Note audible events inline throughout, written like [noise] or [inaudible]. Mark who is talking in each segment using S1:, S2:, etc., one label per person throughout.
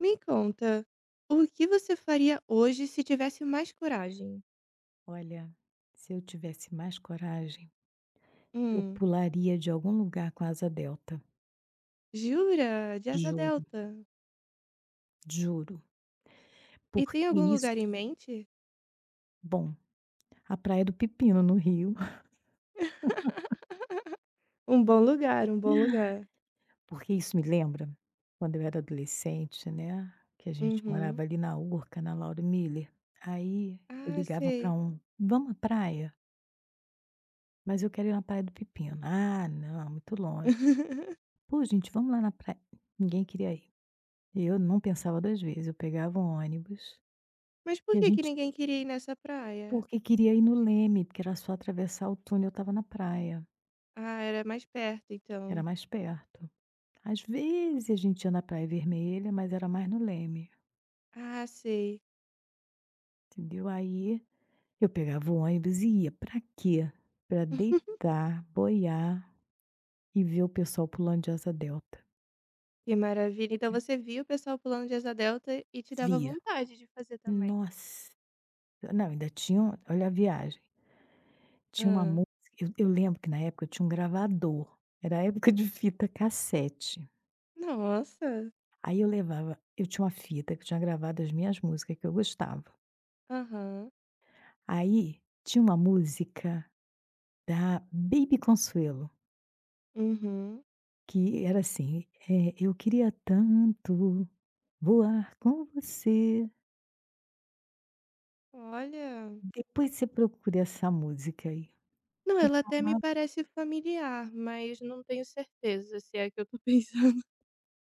S1: Me conta, o que você faria hoje se tivesse mais coragem?
S2: Olha, se eu tivesse mais coragem, eu
S1: Hum,
S2: pularia de algum lugar com asa delta.
S1: jura? De asa
S2: Juro,
S1: delta.
S2: juro.
S1: E
S2: Porque
S1: tem algum
S2: isso
S1: lugar em mente?
S2: bom, a Praia do Pepino, no Rio,
S1: Um bom lugar, um bom lugar.
S2: [laughs] porque isso me lembra quando eu era adolescente, né, que a gente
S1: Uhum.
S2: morava ali na Urca, na Lauro Miller. Aí eu
S1: Ah,
S2: ligava para
S1: sei.
S2: um: "Vamos à praia? Mas eu quero ir na Praia do Pepino". "Ah, não, muito longe".
S1: [laughs]
S2: "Pô, gente, vamos lá na praia". Ninguém queria ir. Eu não pensava 2 vezes, eu pegava um ônibus.
S1: Mas por
S2: Que a
S1: que que
S2: gente
S1: ninguém queria ir nessa praia?
S2: porque queria ir no Leme, porque era só atravessar o túnel, eu estava na praia,
S1: Ah, era mais perto,
S2: era
S1: então.
S2: mais perto. Às vezes a gente ia na Praia Vermelha, mas era mais no Leme,
S1: Ah, sei.
S2: entendeu? Aí eu pegava o ônibus e ia. Pra quê? Pra
S1: [laughs]
S2: deitar, boiar e ver o pessoal pulando de asa delta.
S1: Que maravilha. Então você via o pessoal pulando de asa delta e te dava
S2: Via.
S1: vontade de fazer também.
S2: Nossa! Não, ainda tinha um olha a viagem, tinha uma
S1: Ah,
S2: música. Eu lembro que na época eu tinha um gravador, era a época de fita cassete.
S1: nossa.
S2: Aí eu levava eu tinha uma fita que eu tinha gravado as minhas músicas que eu gostava.
S1: Aham.
S2: Aí tinha uma música da Baby Consuelo,
S1: Uhum.
S2: que era assim, eu queria tanto voar com você.
S1: Olha.
S2: Depois você procura essa música aí,
S1: Não,
S2: que
S1: ela
S2: fa
S1: até me parece familiar, mas não tenho certeza se é a que eu tô pensando. [laughs]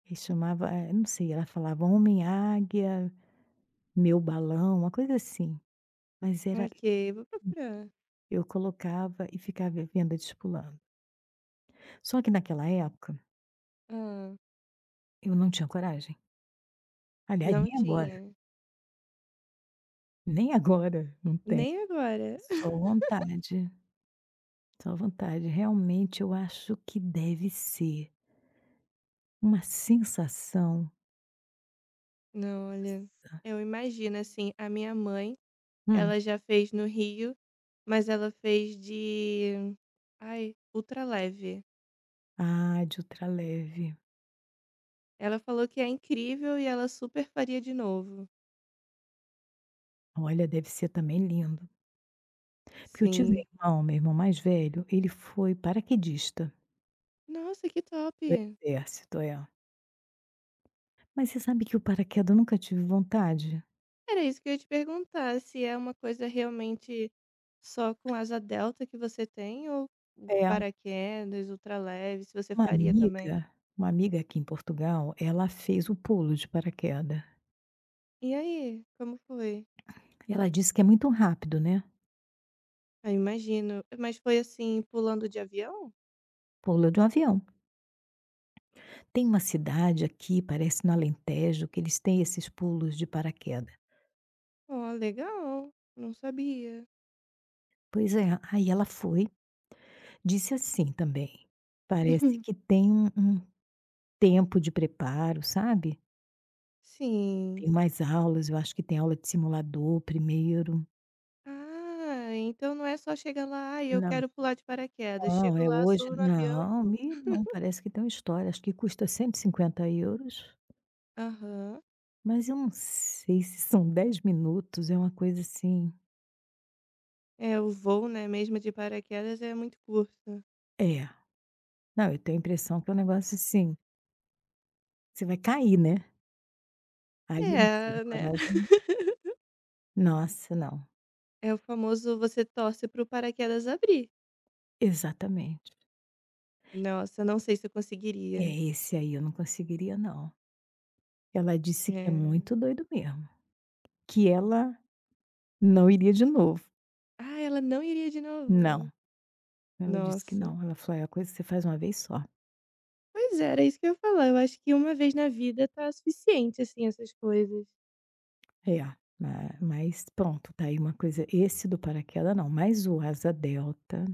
S2: que chamava, não sei, ela falava homem águia, meu balão, uma coisa assim, mas era
S1: Ok, vou procurar.
S2: eu colocava e ficava vendo eles pulando. Só que naquela época
S1: Ah,
S2: eu não tinha coragem, aliás
S1: não
S2: nem agora.
S1: tinha.
S2: Nem agora, não tem.
S1: Nem agora.
S2: Só
S1: [laughs]
S2: vontade, só vontade. Realmente eu acho que deve ser uma sensação,
S1: Não, olha,
S2: nossa,
S1: eu imagino, assim, a minha mãe,
S2: hum,
S1: ela já fez no Rio, mas ela fez de ai, ultra leve.
S2: ah, de ultraleve.
S1: Ela falou que é incrível e ela super faria de novo.
S2: Olha, deve ser também lindo. Porque eu tive um
S1: Sim.
S2: irmão, meu irmão mais velho, ele foi paraquedista
S1: Nossa, que top.
S2: do exército, é. Mas você sabe que o paraquedas eu nunca tive vontade?
S1: Era isso que eu ia te perguntar, se é uma coisa realmente só com asa delta que você tem ou o
S2: É,
S1: paraquedas, ultraleve, se você
S2: uma
S1: faria também.
S2: amiga uma amiga aqui em Portugal, ela fez o pulo de paraquedas.
S1: E aí, como foi?
S2: Ela disse que é muito rápido, né,
S1: Ah, imagino. Mas foi assim, pulando de avião?
S2: pula de um avião. Tem uma cidade aqui, parece no Alentejo, que eles têm esses pulos de paraquedas.
S1: Ó, legal. Não sabia.
S2: Pois é, aí ela foi, disse assim também: "Parece que
S1: [laughs]
S2: tem um tempo de preparo, sabe.
S1: Sim.
S2: Tem mais aulas, eu acho que tem aula de simulador primeiro".
S1: Ah, então não é só chegar lá, ai, eu
S2: Não,
S1: quero pular de paraquedas.
S2: não,
S1: Chego
S2: é
S1: lá,
S2: hoje
S1: subo no avião e
S2: não,
S1: vou.
S2: me não, parece que tem uma história, acho que custa €150,
S1: Aham.
S2: mas eu não sei se são 10 minutos, é uma coisa assim
S1: É, o voo, né, mesmo de paraquedas é muito curto.
S2: é. Não, eu tenho a impressão que é um negócio assim, você vai cair, né. Aí eu não tive
S1: É, né?
S2: coragem. Nossa, não.
S1: É o famoso você torce para o paraquedas abrir.
S2: Exatamente.
S1: Nossa, não sei se eu
S2: É,
S1: conseguiria.
S2: esse aí eu não conseguiria não. Ela disse que é
S1: Eh,
S2: muito doido mesmo, que ela não iria de novo.
S1: "Ah, ela não iria de
S2: Não,
S1: novo".
S2: ela disse que
S1: Nossa.
S2: não, ela falou: "É a coisa que você faz uma vez só".
S1: Pois é, era isso que eu ia falar, eu acho que uma vez na vida tá suficiente, assim, essas coisas.
S2: É, ma mas pronto, tá aí uma coisa esse do paraquedas não, mas o asa delta,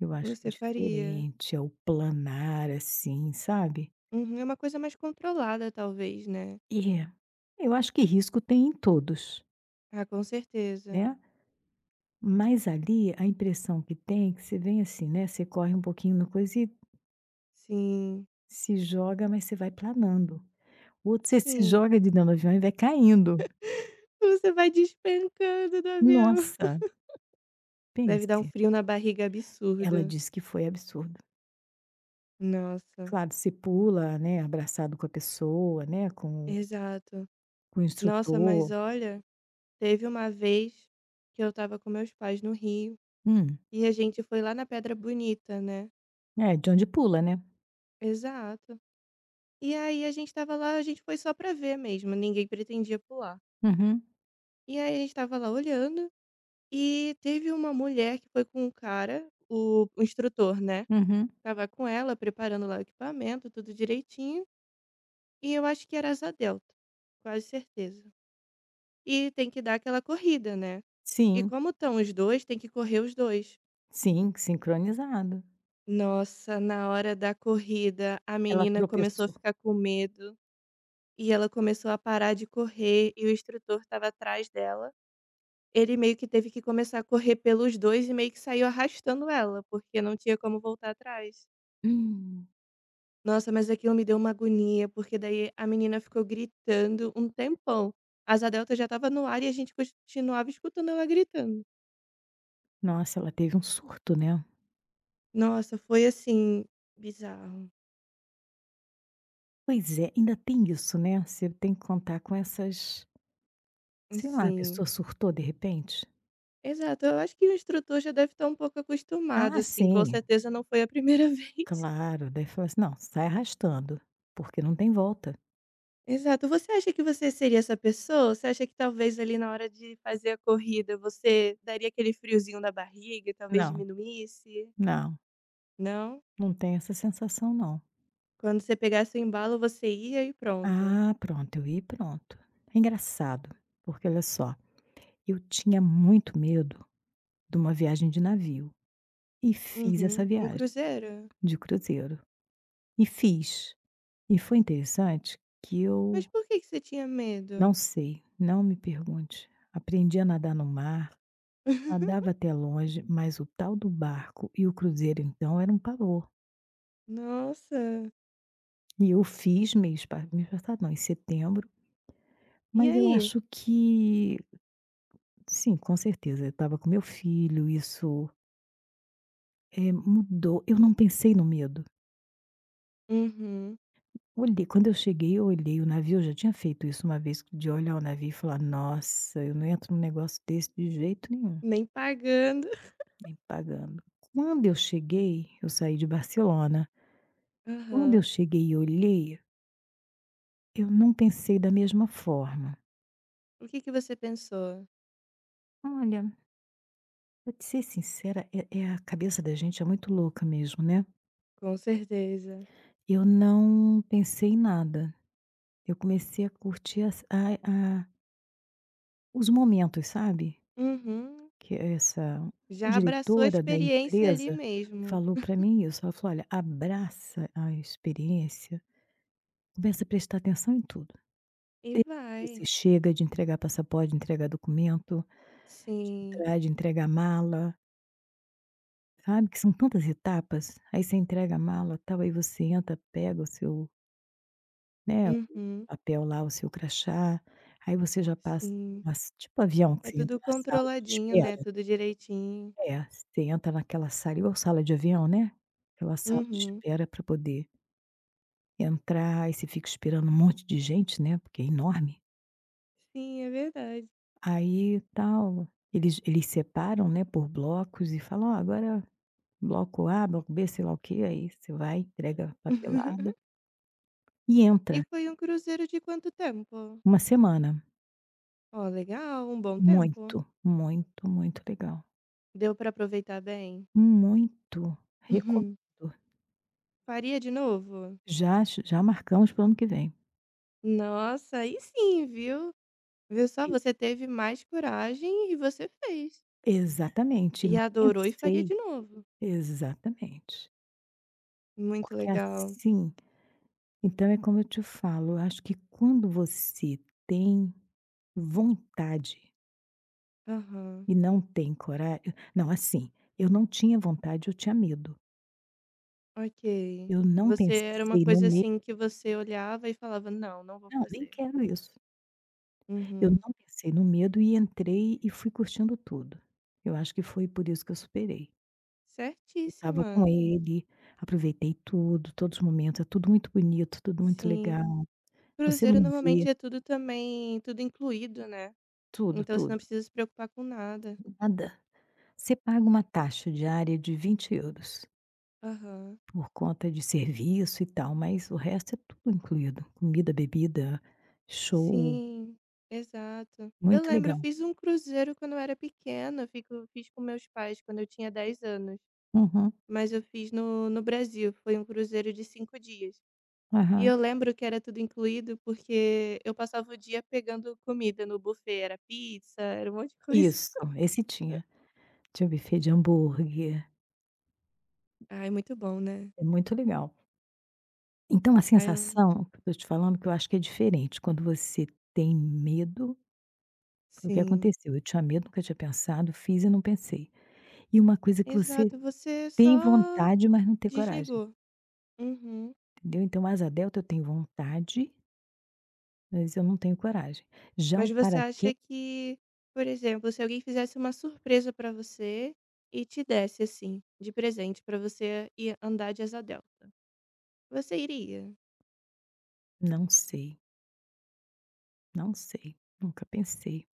S2: eu acho que é
S1: Você faria.
S2: diferente, é o planar, assim, sabe.
S1: Uhum, é uma coisa mais controlada talvez, né.
S2: E, eu acho que risco tem em todos,
S1: Ah, com certeza.
S2: né. Mas ali, a impressão que tem, é que você vem assim, né, você corre um pouquinho na coisa e
S1: Sim,
S2: se joga, mas você vai planando. O outro você se
S1: sim.
S2: joga de dentro do avião e vai caindo.
S1: Você vai despencando do avião. [laughs]
S2: Nossa,
S1: Deve dar um
S2: pense,
S1: frio na barriga
S2: ela
S1: absurdo.
S2: disse que foi absurdo.
S1: Nossa,
S2: Claro, você pula, né, abraçado com a pessoa, né,
S1: exato.
S2: com o
S1: Nossa, mas
S2: instrutor.
S1: olha. Teve uma vez que eu estava com meus pais no Rio
S2: Hum.
S1: e a gente foi lá na Pedra Bonita, né.
S2: É, de onde pula, né.
S1: Exato. E aí a gente estava lá, a gente foi só pra ver mesmo, ninguém pretendia pular.
S2: Uhum,
S1: E aí a gente estava lá olhando e teve uma mulher que foi com um cara, o instrutor, né,
S2: uhum.
S1: estava com ela preparando lá o equipamento, tudo direitinho, e eu acho que era asa delta, quase certeza. E tem que dar aquela corrida, né. E
S2: Sim,
S1: como estão os 2, tem que correr os 2.
S2: sim, sincronizado.
S1: Nossa, na hora da corrida, a
S2: Ela
S1: menina começou a
S2: tropeçou.
S1: ficar com medo e ela começou a parar de correr e o instrutor estava atrás dela. Ele meio que teve que começar a correr pelos 2 e meio que saiu arrastando ela, porque não tinha como voltar atrás.
S2: Hum.
S1: Nossa, mas aquilo me deu uma agonia, porque daí a menina ficou gritando um tempão. A asa delta já estava no ar e a gente continuava escutando ela gritando.
S2: Nossa, ela teve um surto, né.
S1: Nossa, foi assim, bizarro.
S2: Pois é, ainda tem isso, né, você tem que contar com essas sei lá, a
S1: Assim.
S2: pessoa surtou de repente.
S1: Exato, eu acho que o instrutor já deve estar um pouco acostumado,
S2: Ah,
S1: assim, com
S2: sim,
S1: certeza não foi a primeira [laughs] vez.
S2: claro, daí fala assim: "Não, sai arrastando, porque não tem volta".
S1: Exato. Você acha que você seria essa pessoa? Você acha que talvez ali na hora de fazer a corrida você daria aquele friozinho na barriga e talvez
S2: Não,
S1: diminuísse?
S2: não,
S1: Não?
S2: não tem essa sensação não.
S1: Quando você pegasse o embalo você ia e pronto.
S2: Ah, pronto, eu ia e pronto. É engraçado, porque olha só, eu tinha muito medo de uma viagem de navio e fiz essa
S1: Uhum. Um
S2: viagem
S1: cruzeiro?
S2: de cruzeiro. E fiz. E foi interessante que eu
S1: Mas por que que você tinha medo?
S2: não sei, não me pergunte. Aprendi a nadar no mar,
S1: [laughs]
S2: nadava até longe, mas o tal do barco e o cruzeiro, então, era um pavor.
S1: Nossa,
S2: E eu fiz mês passado não, em setembro,
S1: e
S2: mas eu
S1: aí?
S2: acho que sim, com certeza, eu estava com meu filho, isso, mudou. Eu não pensei no medo.
S1: Uhum.
S2: Olhei quando eu cheguei, eu olhei o navio, eu já tinha feito isso uma vez, de olhar o navio e falar: "Nossa, eu não entro num negócio desse de jeito nenhum".
S1: Nem pagando. [laughs]
S2: Nem pagando. Quando eu cheguei, eu saí de Barcelona. Quando eu
S1: Aham.
S2: cheguei e olhei, eu não pensei da mesma forma.
S1: O que que você pensou?
S2: Olha, pra te ser sincera, é a cabeça da gente é muito louca mesmo, né.
S1: Com certeza.
S2: Eu não pensei em nada. Eu comecei a curtir as a os momentos, sabe.
S1: Uhum.
S2: Que essa
S1: Já abraçou a
S2: diretora da
S1: experiência ali
S2: empresa
S1: mesmo.
S2: falou para mim isso, ela falou: "Olha, abraça a experiência, começa a prestar atenção em tudo".
S1: E
S2: Desde
S1: vai.
S2: que você chega de entregar passaporte, de entregar documento, de
S1: Sim.
S2: entrar, de entregar mala, sabe, que são tantas etapas. Aí você entrega a mala, tal, aí você entra, pega o seu, né, o
S1: Uhum.
S2: papel lá, o seu crachá, aí você já passa
S1: Sim.
S2: mas tipo avião que
S1: É
S2: você
S1: tudo
S2: entra na sala de
S1: controladinho,
S2: espera.
S1: né, tudo direitinho.
S2: É, você entra naquela sala igual sala de avião, né, aquela sala de
S1: Uhum.
S2: espera para poder entrar, aí você fica esperando um monte de gente, né, porque é enorme.
S1: Sim, é verdade.
S2: Aí tal, eles separam, né, por blocos e falam: "Ó, agora bloco A, bloco B", sei lá o quê, aí você vai, entrega a papelada
S1: [laughs]
S2: e
S1: E
S2: entra.
S1: foi um cruzeiro de quanto tempo?
S2: Uma semana.
S1: Ó, legal, um bom tempo.
S2: Muito, muito, muito legal.
S1: Deu pra aproveitar bem?
S2: Muito.
S1: [laughs] Uhum.
S2: Recomendo.
S1: Faria de novo?
S2: Já já marcamos para o ano que vem.
S1: Nossa, aí sim, viu. Viu só, você
S2: Incrível.
S1: teve mais coragem e você fez.
S2: Exatamente,
S1: E
S2: não
S1: adorou e faria
S2: pensei.
S1: de novo.
S2: Exatamente.
S1: Muito
S2: Porque
S1: legal.
S2: assim então é como eu te falo, eu acho que quando você tem vontade
S1: Aham,
S2: e não tem coragem não, assim, eu não tinha vontade, eu tinha medo.
S1: ok.
S2: Eu não
S1: Você era uma
S2: pensei no
S1: coisa
S2: medo
S1: assim que você olhava e falava: "Não, não vou
S2: não, nem
S1: fazer".
S2: quero isso. Eu
S1: Uhum.
S2: não pensei no medo e entrei e fui curtindo tudo. Eu acho que foi por isso que eu superei. Eu estava com
S1: Certíssima.
S2: ele, aproveitei tudo, todos os momentos, é tudo muito bonito, tudo muito
S1: Sim.
S2: legal. Você
S1: Cruzeiro
S2: não vê
S1: normalmente é tudo também tudo incluído, né.
S2: tudo,
S1: Então você
S2: tudo,
S1: não precisa se preocupar com nada.
S2: nada. Você paga uma taxa diária de €20.
S1: Aham.
S2: Por conta de serviço e tal, mas o resto é tudo incluído, comida, bebida, show,
S1: Sim, exato. Eu
S2: muito
S1: lembro, eu
S2: legal.
S1: fiz um cruzeiro quando eu era pequena, eu fico fiz com meus pais quando eu tinha 10 anos,
S2: Uhum,
S1: mas eu fiz no Brasil, foi um cruzeiro de 5 dias. E
S2: aham.
S1: eu lembro que era tudo incluído, porque eu passava o dia pegando comida no buffet, era pizza, era um monte de coisa.
S2: Isso,
S1: [laughs]
S2: esse tinha. Tinha buffet de hambúrguer,
S1: Ai, muito bom, né?
S2: é muito legal. Então a
S1: Ai, eu-
S2: sensação que eu tô te falando que eu acho que é diferente, quando você tem medo, foi o que
S1: sim.
S2: aconteceu, eu tinha medo, nunca tinha pensado, fiz e não pensei. E uma coisa que você
S1: Exato, você
S2: tem
S1: só
S2: vontade, mas não tem coragem,
S1: desligou. Uhum.
S2: entendeu. Então asa delta eu tenho vontade, mas eu não tenho coragem. Já
S1: Mas
S2: o
S1: você
S2: paraquedas
S1: acha que, por exemplo, se alguém fizesse uma surpresa pra você e te desse assim, de presente pra você ir andar de asa delta, você iria?
S2: não sei, não sei, nunca pensei.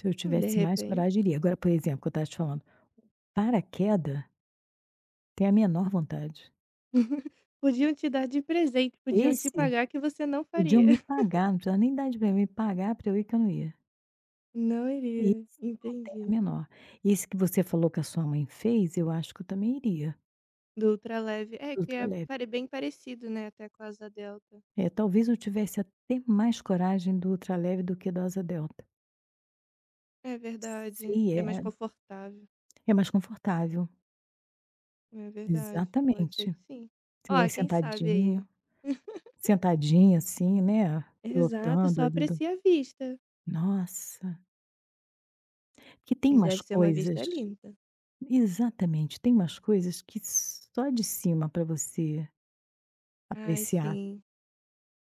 S2: Se eu
S1: De
S2: tivesse mais
S1: repente.
S2: coragem, iria. Agora, por exemplo, que eu estava te falando, paraqueda, tenho a menor vontade.
S1: [laughs] Podiam te dar de presente, podiam te
S2: Esse,
S1: pagar que você não
S2: podiam
S1: faria.
S2: me pagar, não precisava nem dar de presente, me pagar para eu ir que eu não ia.
S1: Não
S2: Esse
S1: iria,
S2: tem a
S1: entendi.
S2: menor. Esse que você falou que a sua mãe fez, eu acho que eu também iria,
S1: Do ultraleve. É,
S2: do
S1: que é
S2: ultraleve.
S1: pare bem parecido, né, até com a asa delta.
S2: É, talvez eu tivesse até mais coragem do ultraleve do que do asa delta.
S1: É verdade,
S2: Sei,
S1: é mais
S2: é
S1: confortável.
S2: é mais confortável.
S1: É verdade, pode ser
S2: Exatamente.
S1: que sim.
S2: Você
S1: Ó,
S2: vai
S1: quem sabe
S2: sentadinho.
S1: aí. [laughs]
S2: Sentadinha assim, né,
S1: Exato,
S2: pilotando
S1: só
S2: ali do
S1: aprecia a vista.
S2: nossa, que tem
S1: E deve
S2: umas
S1: ser uma vista
S2: coisas
S1: linda.
S2: exatamente, tem umas coisas que só de cima para você
S1: Ai,
S2: apreciar.
S1: sim.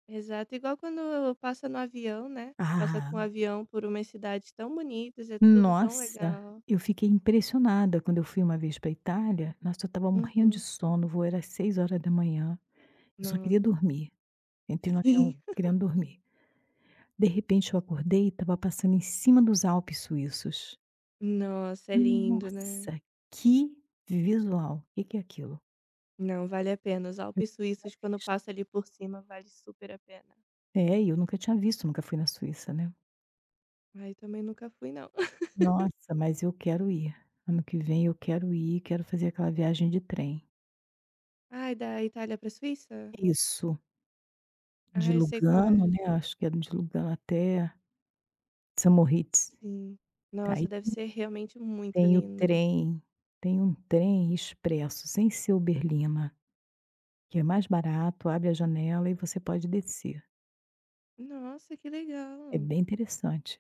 S1: Exato, igual quando passa no avião, né? Passa com o
S2: Ah,
S1: avião por umas cidades tão bonitas, é tudo tão
S2: nossa,
S1: legal.
S2: eu fiquei impressionada quando eu fui uma vez para Itália, nossa, eu estava morrendo de
S1: Uhum.
S2: sono, o voo era 6 horas da manhã. Eu só queria
S1: Nossa,
S2: dormir, entrei no
S1: [laughs] sim.
S2: avião querendo dormir. De repente eu acordei e estava passando em cima dos Alpes suíços.
S1: Nossa, é lindo, né?
S2: Nossa, que visual! O que que é aquilo?
S1: Não, vale a pena. Os Alpes
S2: Já
S1: suíços, quando
S2: visto?
S1: passa ali por cima, vale super a pena.
S2: É, e eu nunca tinha visto, nunca fui na Suíça, né.
S1: Ai, também nunca fui, não. [laughs]
S2: Nossa, mas eu quero ir. Ano que vem eu quero ir, quero fazer aquela viagem de trem.
S1: Ai, da Itália pra Suíça?
S2: Isso,
S1: Ah,
S2: de
S1: eu sei qual
S2: Lugano,
S1: é.
S2: né, acho que é de Lugano até Samoritz.
S1: Sim. Nossa,
S2: Aí
S1: deve ser realmente muito
S2: tem o
S1: lindo.
S2: trem tem um trem expresso, sem ser Uberlina, que é mais barato, abre a janela e você pode descer.
S1: Nossa, que
S2: É
S1: legal.
S2: bem interessante.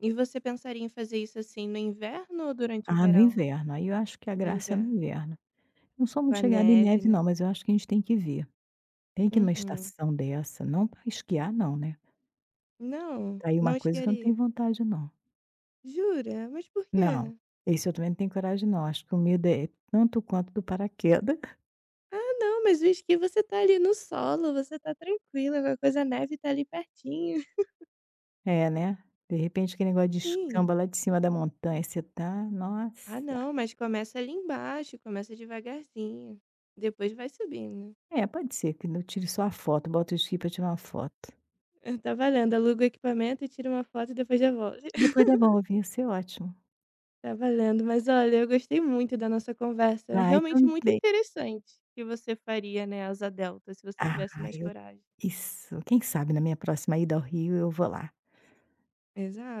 S1: E você pensaria em fazer isso assim no inverno ou durante o
S2: Ah, no
S1: verão?
S2: inverno, aí eu acho que a
S1: No
S2: graça é no
S1: inverno.
S2: inverno. Não sou
S1: Com
S2: muito
S1: a
S2: chegada em
S1: neve,
S2: neve
S1: né?
S2: não, mas eu acho que a gente tem que ver. Tem que ir numa
S1: Uhum.
S2: estação dessa, não para esquiar não, né.
S1: Não,
S2: Tá aí uma
S1: não
S2: coisa que eu não
S1: esquiaria.
S2: tenho vontade não.
S1: Jura? Mas por
S2: Não,
S1: quê?
S2: esse eu também não tenho coragem não, acho que o medo é tanto quanto do paraquedas. [laughs]
S1: Ah, não, mas o esqui você tá ali no solo, você tá tranquila, qualquer coisa a neve tá ali pertinho.
S2: É, né. De repente aquele negócio de
S1: Sim.
S2: escamba lá de cima da montanha, você tá nossa.
S1: Ah não, mas começa ali embaixo, começa devagarzinho, depois vai subindo.
S2: É, pode ser que eu tire só a foto, bota o esqui pra tirar uma foto.
S1: [laughs] Tá valendo, aluga o equipamento e tira uma foto e depois já volta.
S2: Depois
S1: [laughs]
S2: devolve, ia ser ótimo.
S1: Tá valendo, mas olha, eu gostei muito da nossa conversa, é
S2: Ai,
S1: realmente muito
S2: também.
S1: interessante o que você faria, né, asa delta se você
S2: Ah,
S1: tivesse mais
S2: eu
S1: coragem.
S2: isso. Quem sabe na minha próxima ida ao Rio eu vou lá,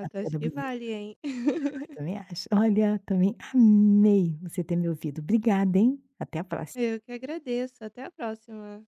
S2: na
S1: acho
S2: Pedra
S1: que
S2: Bonita.
S1: vale, hein. [laughs]
S2: Também acho. Olha, também amei você ter me ouvido. Obrigada, hein. Até a próxima.
S1: Eu que agradeço, até a próxima.